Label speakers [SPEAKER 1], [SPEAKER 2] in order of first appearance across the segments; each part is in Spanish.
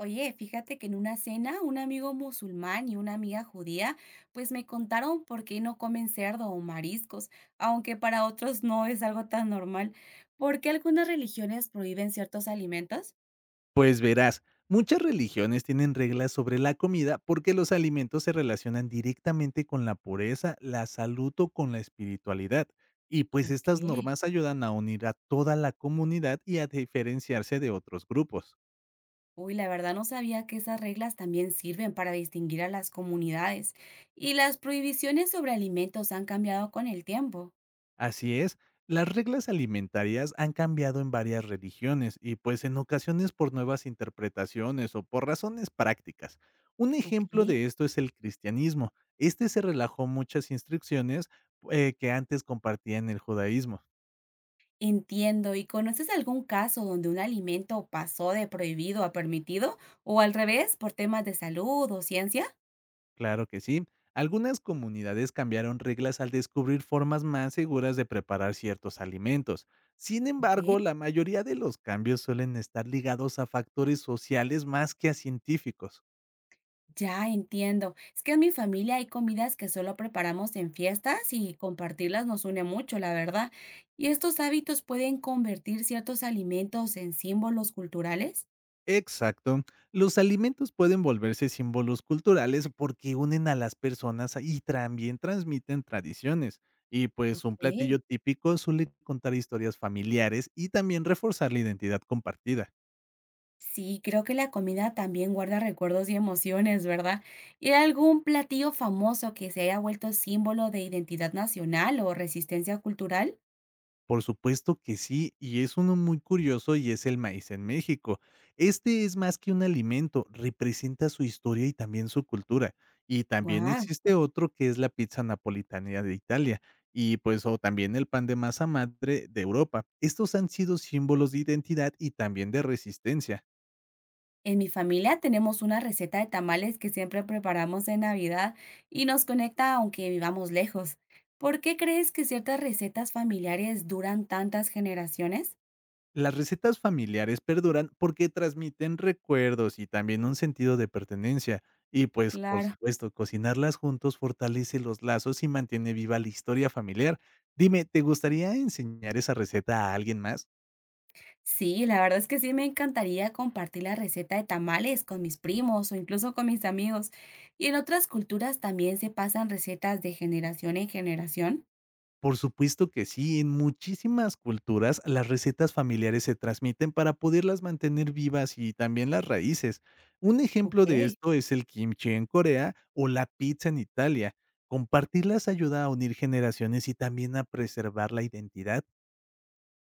[SPEAKER 1] Oye, fíjate que en una cena un amigo musulmán y una amiga judía pues me contaron por qué no comen cerdo o mariscos, aunque para otros no es algo tan normal. ¿Por qué algunas religiones prohíben ciertos alimentos?
[SPEAKER 2] Pues verás, muchas religiones tienen reglas sobre la comida porque los alimentos se relacionan directamente con la pureza, la salud o con la espiritualidad. Y pues
[SPEAKER 1] Ok.
[SPEAKER 2] estas normas ayudan a unir a toda la comunidad y a diferenciarse de otros grupos.
[SPEAKER 1] Uy, la verdad no sabía que esas reglas también sirven para distinguir a las comunidades. ¿Y las prohibiciones sobre alimentos han cambiado con el tiempo?
[SPEAKER 2] Así es, las reglas alimentarias han cambiado en varias religiones y pues en ocasiones por nuevas interpretaciones o por razones prácticas. Un
[SPEAKER 1] Ok.
[SPEAKER 2] ejemplo de esto es el cristianismo. Este se relajó muchas instrucciones que antes compartían el judaísmo.
[SPEAKER 1] Entiendo. ¿Y conoces algún caso donde un alimento pasó de prohibido a permitido o al revés por temas de salud o ciencia?
[SPEAKER 2] Claro que sí. Algunas comunidades cambiaron reglas al descubrir formas más seguras de preparar ciertos alimentos. Sin
[SPEAKER 1] Ok.
[SPEAKER 2] embargo, la mayoría de los cambios suelen estar ligados a factores sociales más que a científicos.
[SPEAKER 1] Ya entiendo. Es que en mi familia hay comidas que solo preparamos en fiestas y compartirlas nos une mucho, la verdad. ¿Y estos hábitos pueden convertir ciertos alimentos en símbolos culturales?
[SPEAKER 2] Exacto. Los alimentos pueden volverse símbolos culturales porque unen a las personas y también transmiten tradiciones. Y pues
[SPEAKER 1] Ok.
[SPEAKER 2] un platillo típico suele contar historias familiares y también reforzar la identidad compartida.
[SPEAKER 1] Sí, creo que la comida también guarda recuerdos y emociones, ¿verdad? ¿Y hay algún platillo famoso que se haya vuelto símbolo de identidad nacional o resistencia cultural?
[SPEAKER 2] Por supuesto que sí, y es uno muy curioso y es el maíz en México. Este es más que un alimento, representa su historia y también su cultura. Y también
[SPEAKER 1] ¡Guau!
[SPEAKER 2] existe otro que es la pizza napolitana de Italia y pues o también el pan de masa madre de Europa. Estos han sido símbolos de identidad y también de resistencia.
[SPEAKER 1] En mi familia tenemos una receta de tamales que siempre preparamos en Navidad y nos conecta aunque vivamos lejos. ¿Por qué crees que ciertas recetas familiares duran tantas generaciones?
[SPEAKER 2] Las recetas familiares perduran porque transmiten recuerdos y también un sentido de pertenencia. Y pues, por
[SPEAKER 1] Claro.
[SPEAKER 2] supuesto, cocinarlas juntos fortalece los lazos y mantiene viva la historia familiar. Dime, ¿te gustaría enseñar esa receta a alguien más?
[SPEAKER 1] Sí, la verdad es que sí me encantaría compartir la receta de tamales con mis primos o incluso con mis amigos. Y en otras culturas también se pasan recetas de generación en generación.
[SPEAKER 2] Por supuesto que sí, en muchísimas culturas las recetas familiares se transmiten para poderlas mantener vivas y también las raíces. Un ejemplo de
[SPEAKER 1] Ok.
[SPEAKER 2] esto es el kimchi en Corea o la pizza en Italia. Compartirlas ayuda a unir generaciones y también a preservar la identidad.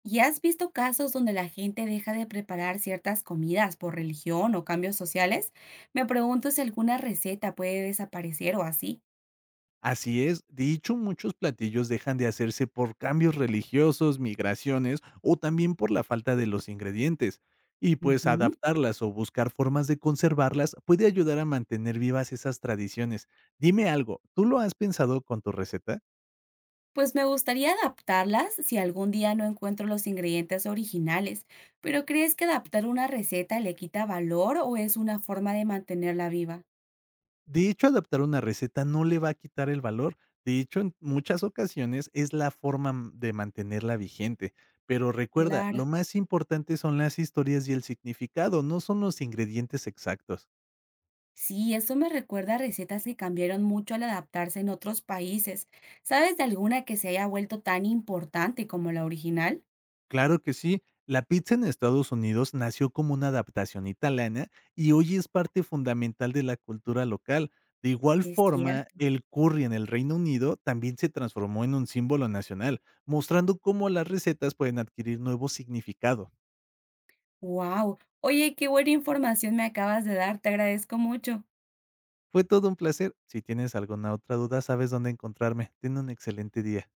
[SPEAKER 1] ¿Y has visto casos donde la gente deja de preparar ciertas comidas por religión o cambios sociales? Me pregunto si alguna receta puede desaparecer o así.
[SPEAKER 2] Así es, de hecho muchos platillos dejan de hacerse por cambios religiosos, migraciones o también por la falta de los ingredientes. Y pues
[SPEAKER 1] Ujú.
[SPEAKER 2] adaptarlas o buscar formas de conservarlas puede ayudar a mantener vivas esas tradiciones. Dime algo, ¿tú lo has pensado con tu receta?
[SPEAKER 1] Pues me gustaría adaptarlas si algún día no encuentro los ingredientes originales, pero ¿crees que adaptar una receta le quita valor o es una forma de mantenerla viva?
[SPEAKER 2] De hecho, adaptar una receta no le va a quitar el valor. De hecho, en muchas ocasiones es la forma de mantenerla vigente. Pero recuerda,
[SPEAKER 1] Claro,
[SPEAKER 2] lo más importante son las historias y el significado, no son los ingredientes exactos.
[SPEAKER 1] sí, eso me recuerda a recetas que cambiaron mucho al adaptarse en otros países. ¿Sabes de alguna que se haya vuelto tan importante como la original?
[SPEAKER 2] Claro que sí. La pizza en Estados Unidos nació como una adaptación italiana y hoy es parte fundamental de la cultura local. De igual
[SPEAKER 1] Es
[SPEAKER 2] forma,
[SPEAKER 1] cierto.
[SPEAKER 2] el curry en el Reino Unido también se transformó en un símbolo nacional, mostrando cómo las recetas pueden adquirir nuevo significado.
[SPEAKER 1] Wow. Oye, qué buena información me acabas de dar, te agradezco mucho.
[SPEAKER 2] Fue todo un placer. Si tienes alguna otra duda, sabes dónde encontrarme. Ten un excelente día.